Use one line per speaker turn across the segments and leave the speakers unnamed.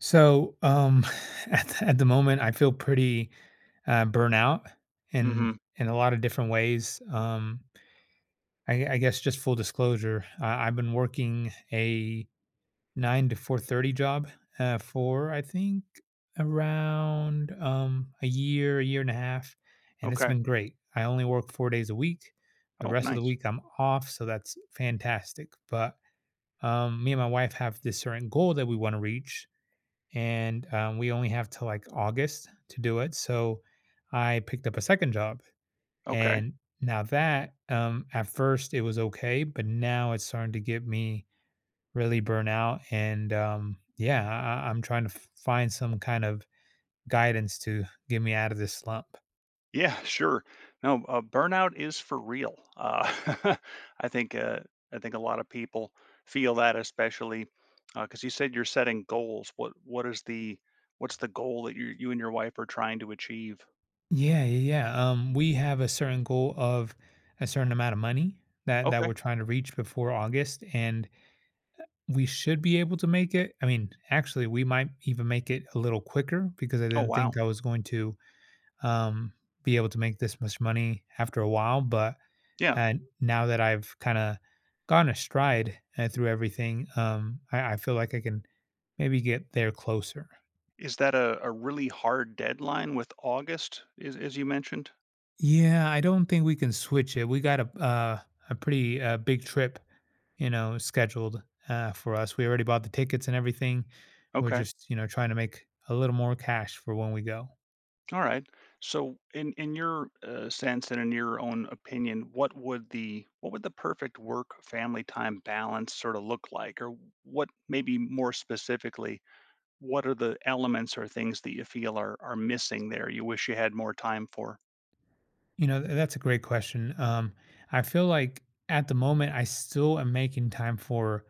So, um, at the moment, I feel pretty, burnout in
Hmm.
in a lot of different ways. I guess just full disclosure, I've been working a 9 to 4:30 job, for I think around, a year and a half, and it's
Okay.
been great. I only work 4 days a week. The
Oh,
rest of the
nice.
week, I'm off, so that's fantastic, but me and my wife have this certain goal that we wanna reach, and we only have till like August to do it. So I picked up a second job,
Okay.
and now that at first it was okay, but now it's starting to get me really burnt out, and yeah, am trying to find some kind of guidance to get me out of this slump.
Yeah, sure. No, burnout is for real. I think uh, I think a lot of people feel that, especially because you said you're setting goals. What is the what's the goal that you and your wife are trying to achieve?
Yeah, yeah, yeah. We have a certain goal of a certain amount of money that
Okay.
we're trying to reach before August, and we should be able to make it. I mean, actually, we might even make it a little quicker because I
Oh,
didn't think
wow.
I was going to um, be able to make this much money after a while. But
Yeah.
and now that I've kind of gone astride through everything, I feel like I can maybe get there closer.
Is that a really hard deadline with August, is as you mentioned?
Yeah, I don't think we can switch it. We got a pretty big trip, you know, scheduled for us. We already bought the tickets and everything. We're
Okay.
just, you know, trying to make a little more cash for when we go.
All right. So, in your sense and in your own opinion, what would the perfect work family time balance sort of look like, or what maybe more specifically, what are the elements or things that you feel are missing there? You wish you had more time for.
You know, that's a great question. I feel like at the moment I still am making time for,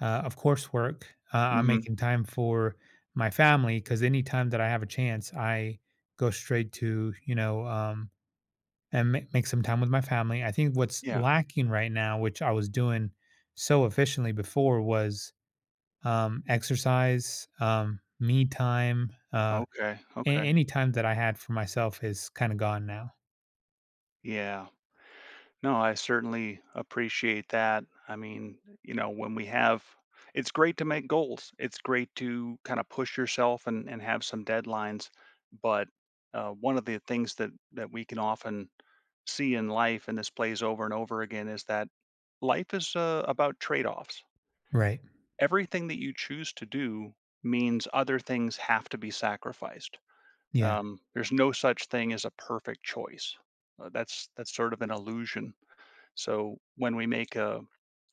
of course, work. I'm
Hmm.
making time for my family because anytime that I have a chance, I go straight to, you know, make some time with my family. I think what's
Yeah.
lacking right now, which I was doing so efficiently before, was exercise, me time.
Okay. Okay.
Any time that I had for myself is kind of gone now.
Yeah. No, I certainly appreciate that. I mean, you know, when we have it's great to make goals. It's great to kind of push yourself and have some deadlines. But one of the things that that we can often see in life, and this plays over and over again, is that life is about trade-offs.
Right.
Everything that you choose to do means other things have to be sacrificed.
Yeah.
There's no such thing as a perfect choice. That's sort of an illusion, so when we make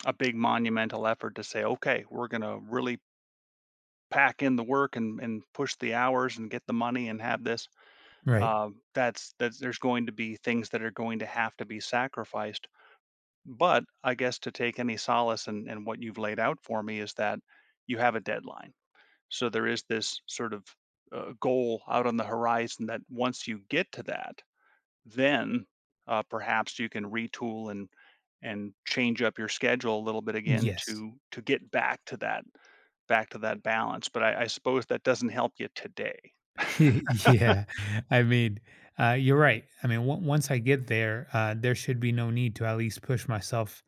a big monumental effort to say, okay, we're going to really pack in the work and push the hours and get the money and have this,
Right.
uh, that's there's going to be things that are going to have to be sacrificed. But I guess to take any solace in what you've laid out for me is that you have a deadline. So there is this sort of goal out on the horizon that once you get to that, then perhaps you can retool and change up your schedule a little bit again
Yes.
to get back to that balance. But I suppose that doesn't help you today.
Yeah. I mean, you're right. I mean, once I get there, there should be no need to at least push myself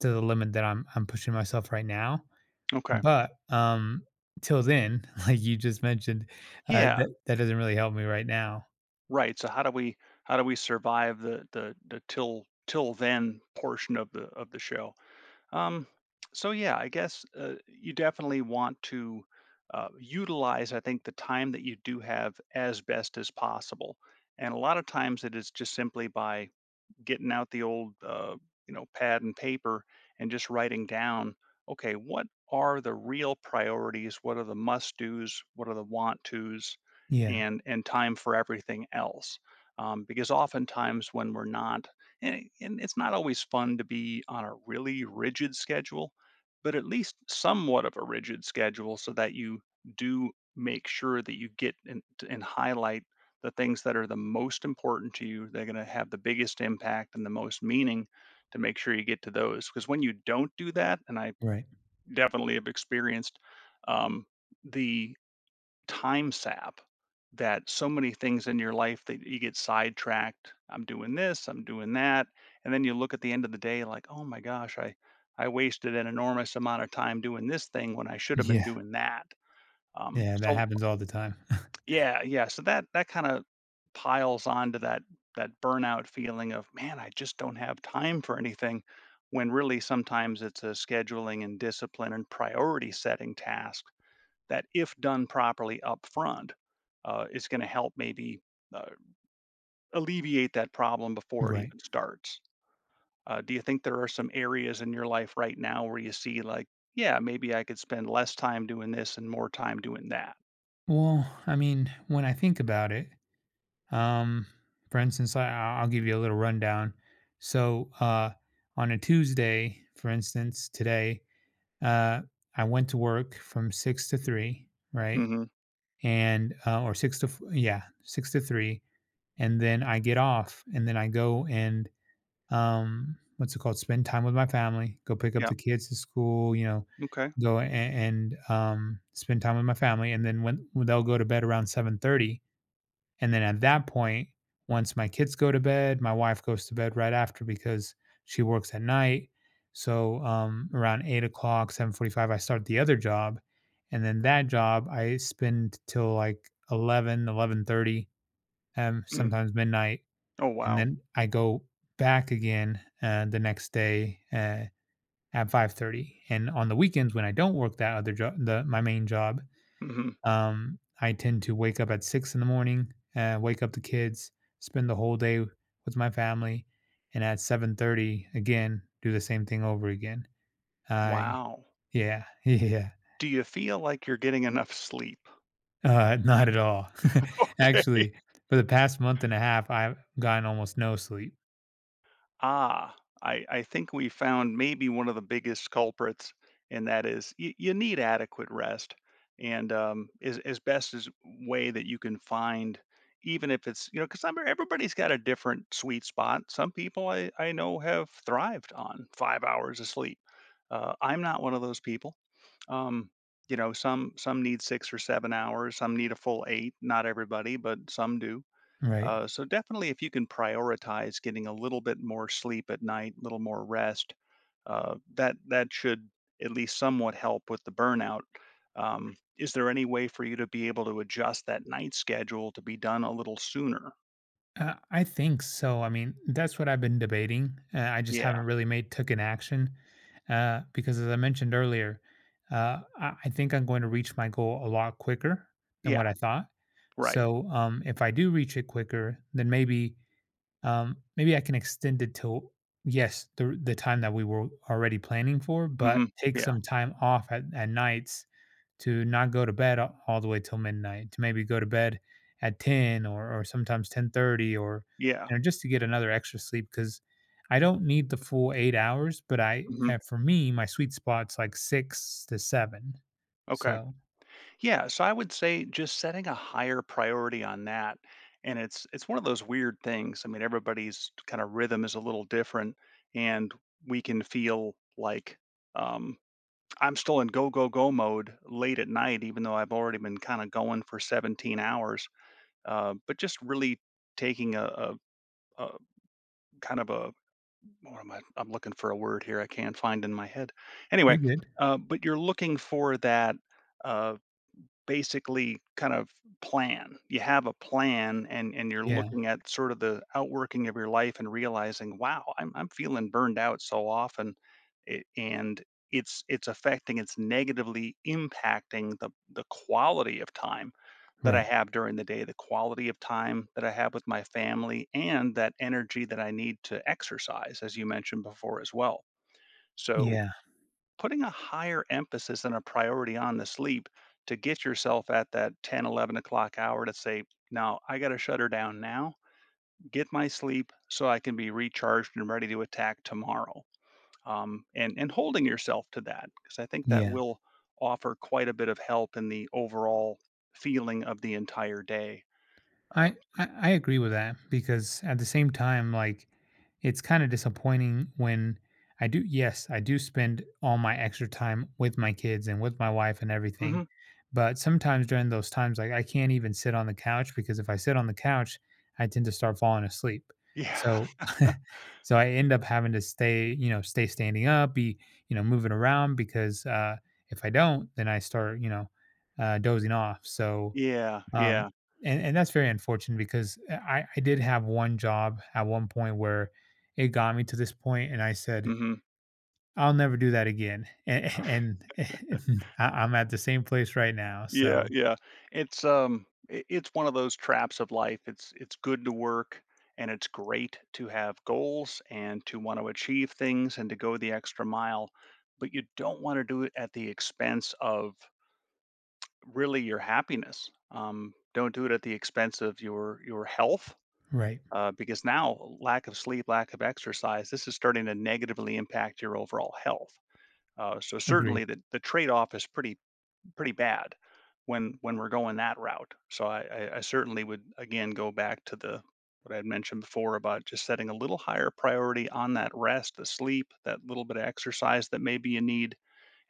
to the limit that I'm pushing myself right now.
Okay.
But till then, like you just mentioned,
Yeah.
that that doesn't really help me right now.
Right. So how do we survive the the till till then portion of the show? Um, so yeah, I guess you definitely want to utilize, I think, the time that you do have as best as possible. And a lot of times it is just simply by getting out the old, you know, pad and paper and just writing down, okay, what are the real priorities? What are the must do's? What are the want to's?
Yeah,
And time for everything else. Because oftentimes when we're not, and it's not always fun to be on a really rigid schedule, but at least somewhat of a rigid schedule so that you do make sure that you get and highlight the things that are the most important to you, they're going to have the biggest impact and the most meaning to make sure you get to those. Because when you don't do that, and I
right.
definitely have experienced um, the time sap that so many things in your life that you get sidetracked. I'm doing this, I'm doing that. And then you look at the end of the day like, oh my gosh, I wasted an enormous amount of time doing this thing when I should have been
Yeah,
doing that.
yeah, that
So
happens all the time.
yeah, yeah, so that that kinda piles onto that that burnout feeling of, "Man, I just don't have time for anything," when really sometimes it's a scheduling and discipline and priority setting task that if done properly upfront, is gonna help maybe, uh, alleviate that problem before it
Right.
even starts. Do you think there are some areas in your life right now where you see like, "Yeah, maybe I could spend less time doing this and more time doing that?"
Well, I mean, when I think about it, um, for instance, I'll give you a little rundown. So, on a Tuesday, for instance, today, uh, I went to work from 6 to 3, right?
Mhm.
And, uh, or 6 to f yeah, 6 to 3, and then I get off, and then I go and what's it called? Spend time with my family, go pick up the
Yep.
kids to school, you know,
Okay.
spend time with my family, and then when they'll go to bed around 7:30, and then at that point, once my kids go to bed, my wife goes to bed right after because she works at night, so, around 8 o'clock, 7:45, I start the other job, and then that job I spend till, like, 11:30, 11:30,
Mm.
sometimes midnight,
Oh,
and
wow.
then I go back again the next day at 5:30. And on the weekends when I don't work that other job, the my main job,
Mhm.
I tend to wake up at 6 in the morning, wake up the kids, spend the whole day with my family, and at 7:30 again do the same thing over again. I
Wow.
yeah Yeah.
Do you feel like you're getting enough sleep?
Not at all.
Okay.
Actually, for the past month and a half, I've gotten almost no sleep.
Ah, I think we found maybe one of the biggest culprits, and that is you, you need adequate rest. And as best as way that you can find, even if it's, you know, because everybody's got a different sweet spot. Some people I know have thrived on 5 hours of sleep. I'm not one of those people. Um, you know, some need 6 or 7 hours, some need a full eight. Not everybody, but some do.
Right.
So definitely, if you can prioritize getting a little bit more sleep at night, a little more rest, that should at least somewhat help with the burnout. Is there any way for you to be able to adjust that night schedule to be done a little sooner?
I think so. I mean, that's what I've been debating. I just haven't
Yeah,
really made took an action because, as I mentioned earlier, I think I'm going to reach my goal a lot quicker than what
yeah,
I thought.
right.
So, if I do reach it quicker, then maybe I can extend it till yes, the time that we were already planning for, but
Hmm.
take
Yeah,
some time off at nights to not go to bed all the way till midnight, to maybe go to bed at 10 or sometimes 10:30, or
yeah.
you know, just to get another extra sleep because I don't need the full 8 hours, but I
Hmm.
for me my sweet spot's like 6 to 7.
Okay.
So,
Yeah, so I would say just setting a higher priority on that. And it's one of those weird things. I mean, everybody's kind of rhythm is a little different, and we can feel like um, I'm still in go go go mode late at night, even though I've already been kind of going for 17 hours. But just really taking a kind of a what am I? I'm looking for a word here. I can't find in my head.
you're
Anyway,
good.
but you're looking for that. uh, basically kind of plan. You have a plan and you're
Yeah,
looking at sort of the outworking of your life and realizing, wow, I'm feeling burned out so often. It, and it's affecting, it's negatively impacting the quality of time that I
right.
have during the day, the quality of time that I have with my family, and that energy that I need to exercise, as you mentioned before as well. So
Yeah.
putting a higher emphasis and a priority on the sleep to get yourself at that 10 11 o'clock hour to say now I got to shut her down now, get my sleep so I can be recharged and ready to attack tomorrow. And holding yourself to that because I think that
Yeah.
will offer quite a bit of help in the overall feeling of the entire day. uh,
I agree with that because at the same time, like it's kind of disappointing when I do. Yes, I do spend all my extra time with my kids and with my wife and everything,
mhm.
but sometimes during those times, like I can't even sit on the couch because if I sit on the couch, I tend to start falling asleep.
Yeah.
So, so I end up having to stay, you know, stay standing up, be you know moving around because if I don't, then I start, you know, dozing off. So
Yeah,
um,
yeah.
and that's very unfortunate because I did have one job at one point where it got me to this point, and I said
Hmm.
I'll never do that again. I'm at the same place right now.
Yeah,
So
yeah. It's um, I it's one of those traps of life. It's good to work, and it's great to have goals and to want to achieve things and to go the extra mile, but you don't want to do it at the expense of really your happiness. Don't do it at the expense of your health.
right,
Because now lack of sleep, lack of exercise, this is starting to negatively impact your overall health. So
agreed.
certainly the trade-off is pretty pretty bad when we're going that route. So I certainly would again go back to the what I had mentioned before about just setting a little higher priority on that rest, the sleep, that little bit of exercise that maybe you need,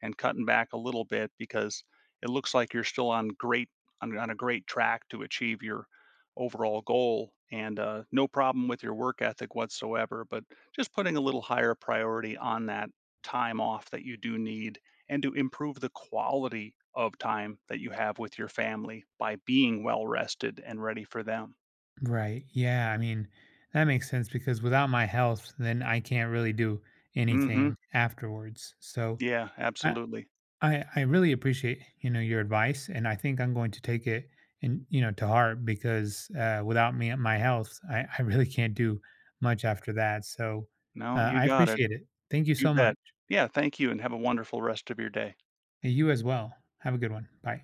and cutting back a little bit because it looks like you're still on great on a great track to achieve your overall goal, and no problem with your work ethic whatsoever, but just putting a little higher priority on that time off that you do need, and to improve the quality of time that you have with your family by being well rested and ready for them.
Right, yeah. I mean that makes sense because without my health, then I can't really do
Mm-hmm.
anything afterwards. So
Yeah,
I,
absolutely.
I really appreciate, you know, your advice and I think I'm going to take it and, you know, to heart because without me and my health, I really can't do much after that. So
No, you
I
got it.
appreciate it. Thank you
You
so much.
bet. Yeah, thank you and have a wonderful rest of your day.
And you as well. Have a good one. Bye.